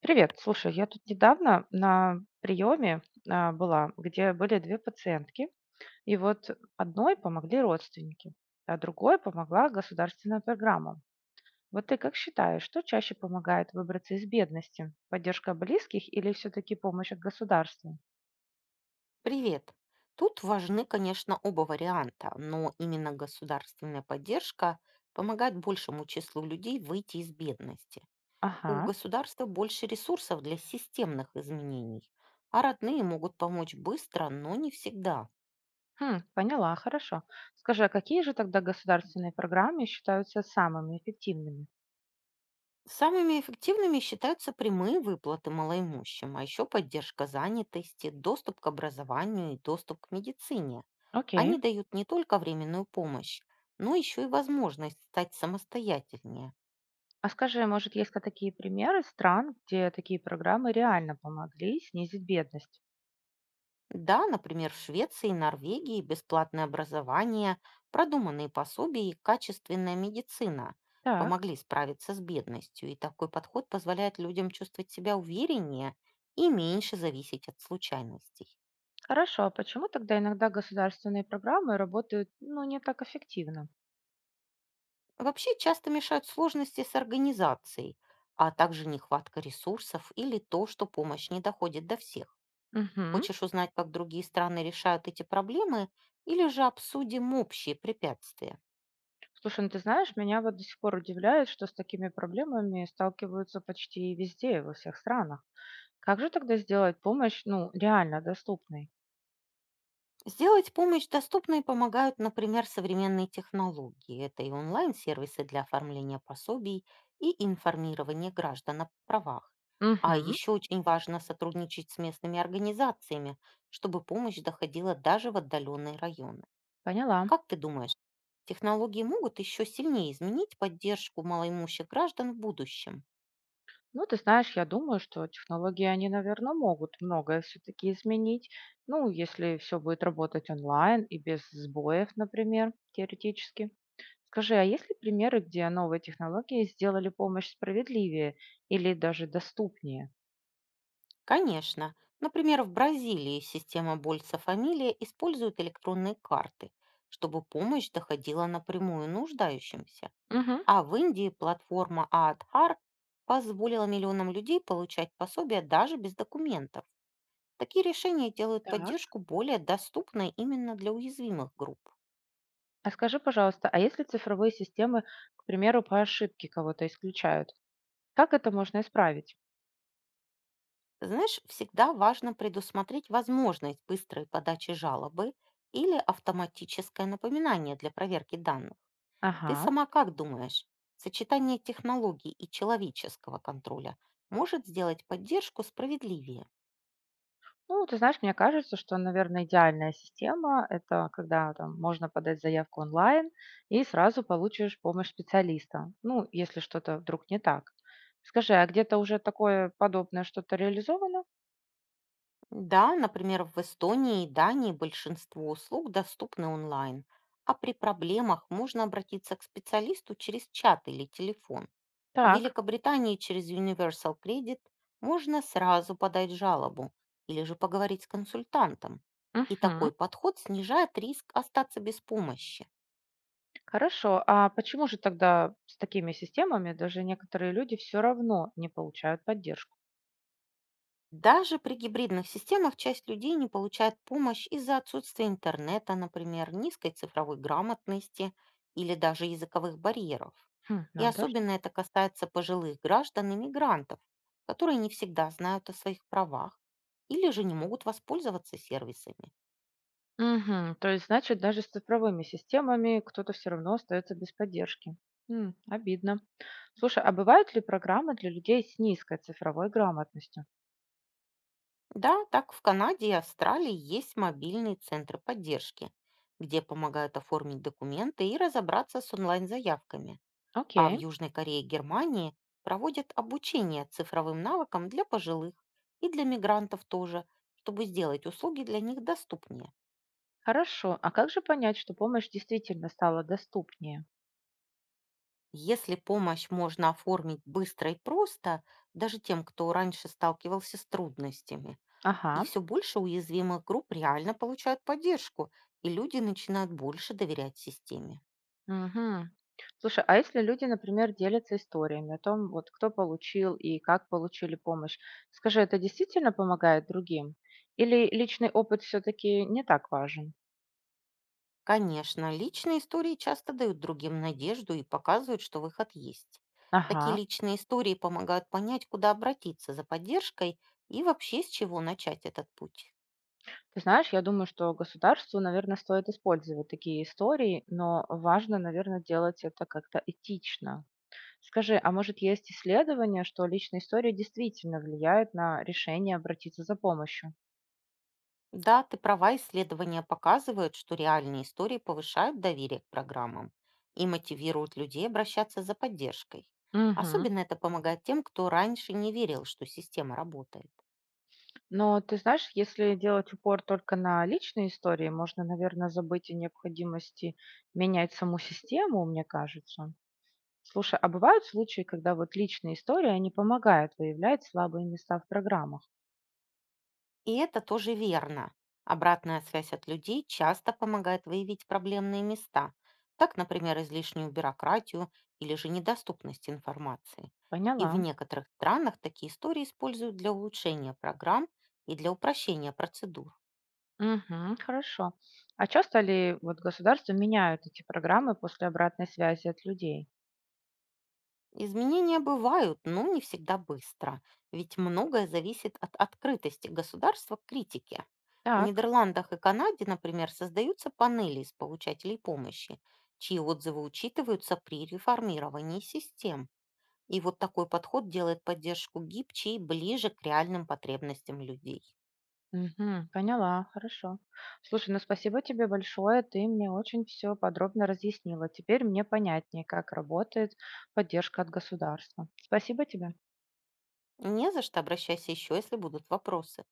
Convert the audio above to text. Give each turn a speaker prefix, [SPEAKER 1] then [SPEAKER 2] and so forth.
[SPEAKER 1] Привет, слушай, я тут недавно на приеме была, где были две пациентки, и вот одной помогли родственники, а другой помогла государственная программа. Вот ты как считаешь, что чаще помогает выбраться из бедности? Поддержка близких или все-таки помощь от государства?
[SPEAKER 2] Привет. Тут важны, конечно, оба варианта, но именно государственная поддержка помогает большему числу людей выйти из бедности. У
[SPEAKER 1] Ага,
[SPEAKER 2] государства больше ресурсов для системных изменений, а родные могут помочь быстро, но не всегда.
[SPEAKER 1] хм, поняла, хорошо. Скажи, а какие же тогда государственные программы считаются самыми эффективными?
[SPEAKER 2] Самыми эффективными считаются прямые выплаты малоимущим, а еще поддержка занятости, доступ к образованию и доступ к медицине.
[SPEAKER 1] Окей.
[SPEAKER 2] Они дают не только временную помощь, но еще и возможность стать самостоятельнее.
[SPEAKER 1] А скажи, может, есть ка такие примеры стран, где такие программы реально помогли снизить бедность?
[SPEAKER 2] Да, например, в Швеции и Норвегии бесплатное образование, продуманные пособия и качественная медицина
[SPEAKER 1] Так,
[SPEAKER 2] помогли справиться с бедностью, и такой подход позволяет людям чувствовать себя увереннее и меньше зависеть от случайностей.
[SPEAKER 1] хорошо. А почему тогда иногда государственные программы работают, ну, не так эффективно?
[SPEAKER 2] Вообще часто мешают сложности с организацией, а также нехватка ресурсов или то, что помощь не доходит до всех.
[SPEAKER 1] Угу.
[SPEAKER 2] Хочешь узнать, как другие страны решают эти проблемы, или же обсудим общие препятствия?
[SPEAKER 1] Слушай, ну ты знаешь, меня вот до сих пор удивляет, что с такими проблемами сталкиваются почти везде, во всех странах. Как же тогда сделать помощь, ну, реально доступной?
[SPEAKER 2] Сделать помощь доступной помогают, например, современные технологии. Это и онлайн-сервисы для оформления пособий и информирования граждан о правах. А
[SPEAKER 1] Угу.
[SPEAKER 2] еще очень важно сотрудничать с местными организациями, чтобы помощь доходила даже в отдаленные районы.
[SPEAKER 1] Поняла.
[SPEAKER 2] Как ты думаешь, технологии могут еще сильнее изменить поддержку малоимущих граждан в будущем?
[SPEAKER 1] Ну, ты знаешь, я думаю, что технологии, они, наверное, могут многое все-таки изменить. Ну, если все будет работать онлайн и без сбоев, например, теоретически. Скажи, а есть ли примеры, где новые технологии сделали помощь справедливее или даже доступнее?
[SPEAKER 2] Конечно. Например, в Бразилии система Больса Фамилия использует электронные карты, чтобы помощь доходила напрямую нуждающимся.
[SPEAKER 1] Мгм.
[SPEAKER 2] А в Индии платформа Аадхар позволила миллионам людей получать пособия даже без документов. Такие решения делают
[SPEAKER 1] Так.
[SPEAKER 2] поддержку более доступной именно для уязвимых групп.
[SPEAKER 1] А скажи, пожалуйста, а если цифровые системы, к примеру, по ошибке кого-то исключают, как это можно исправить?
[SPEAKER 2] Знаешь, всегда важно предусмотреть возможность быстрой подачи жалобы или автоматическое напоминание для проверки данных. Ты
[SPEAKER 1] Ага.
[SPEAKER 2] сама как думаешь, сочетание технологий и человеческого контроля может сделать поддержку справедливее?
[SPEAKER 1] Ну, ты знаешь, мне кажется, что, наверное, идеальная система – это когда там можно подать заявку онлайн и сразу получишь помощь специалиста, ну, если что-то вдруг не так. Скажи, а где-то уже такое подобное что-то реализовано?
[SPEAKER 2] Да, например, в Эстонии и Дании большинство услуг доступны онлайн, а при проблемах можно обратиться к специалисту через чат или телефон. В
[SPEAKER 1] Так,
[SPEAKER 2] Великобритании через Universal Credit можно сразу подать жалобу или же поговорить с консультантом. И
[SPEAKER 1] мгм,
[SPEAKER 2] такой подход снижает риск остаться без помощи.
[SPEAKER 1] хорошо. А почему же тогда с такими системами даже некоторые люди все равно не получают поддержку?
[SPEAKER 2] Даже при гибридных системах часть людей не получает помощь из-за отсутствия интернета, например, низкой цифровой грамотности или даже языковых барьеров.
[SPEAKER 1] Хм,
[SPEAKER 2] И
[SPEAKER 1] надо же.
[SPEAKER 2] особенно это касается пожилых граждан и мигрантов, которые не всегда знают о своих правах или же не могут воспользоваться сервисами.
[SPEAKER 1] Мгм. То есть, значит, даже с цифровыми системами кто-то все равно остается без поддержки. М, обидно. Слушай, а бывают ли программы для людей с низкой цифровой грамотностью?
[SPEAKER 2] Да, так в Канаде и Австралии есть мобильные центры поддержки, где помогают оформить документы и разобраться с онлайн-заявками. А в
[SPEAKER 1] Окей,
[SPEAKER 2] Южной Корее и Германии проводят обучение цифровым навыкам для пожилых и для мигрантов тоже, чтобы сделать услуги для них доступнее.
[SPEAKER 1] хорошо. А как же понять, что помощь действительно стала доступнее?
[SPEAKER 2] Если помощь можно оформить быстро и просто, даже тем, кто раньше сталкивался с трудностями, и
[SPEAKER 1] Ага.
[SPEAKER 2] все больше уязвимых групп реально получают поддержку, и люди начинают больше доверять системе.
[SPEAKER 1] Мгм. Слушай, а если люди, например, делятся историями о том, вот кто получил и как получили помощь, скажи, это действительно помогает другим? Или личный опыт все-таки не так важен?
[SPEAKER 2] Конечно, личные истории часто дают другим надежду и показывают, что выход есть. Такие
[SPEAKER 1] Ага.
[SPEAKER 2] личные истории помогают понять, куда обратиться за поддержкой и вообще с чего начать этот путь.
[SPEAKER 1] Ты знаешь, я думаю, что государству, наверное, стоит использовать такие истории, но важно, наверное, делать это как-то этично. Скажи, а может есть исследование, что личная история действительно влияет на решение обратиться за помощью?
[SPEAKER 2] Да, ты права, исследования показывают, что реальные истории повышают доверие к программам и мотивируют людей обращаться за поддержкой.
[SPEAKER 1] Мгм.
[SPEAKER 2] Особенно это помогает тем, кто раньше не верил, что система работает.
[SPEAKER 1] Но ты знаешь, если делать упор только на личные истории, можно, наверное, забыть о необходимости менять саму систему, мне кажется. Слушай, а бывают случаи, когда вот личные истории, они помогают выявлять слабые места в программах?
[SPEAKER 2] И это тоже верно. Обратная связь от людей часто помогает выявить проблемные места. Так, например, излишнюю бюрократию или же недоступность информации. И в
[SPEAKER 1] Поняла.
[SPEAKER 2] некоторых странах такие истории используют для улучшения программ и для упрощения процедур.
[SPEAKER 1] Мгм. Хорошо. А часто ли вот государства меняют эти программы после обратной связи от людей?
[SPEAKER 2] Изменения бывают, но не всегда быстро, ведь многое зависит от открытости государства к критике. В
[SPEAKER 1] Так,
[SPEAKER 2] Нидерландах и Канаде, например, создаются панели из получателей помощи, чьи отзывы учитываются при реформировании систем. И вот такой подход делает поддержку гибче и ближе к реальным потребностям людей.
[SPEAKER 1] мгм. Поняла, хорошо. Слушай, ну спасибо тебе большое, ты мне очень все подробно разъяснила. Теперь мне понятнее, как работает поддержка от государства. Спасибо тебе.
[SPEAKER 2] Не за что, обращайся еще, если будут вопросы.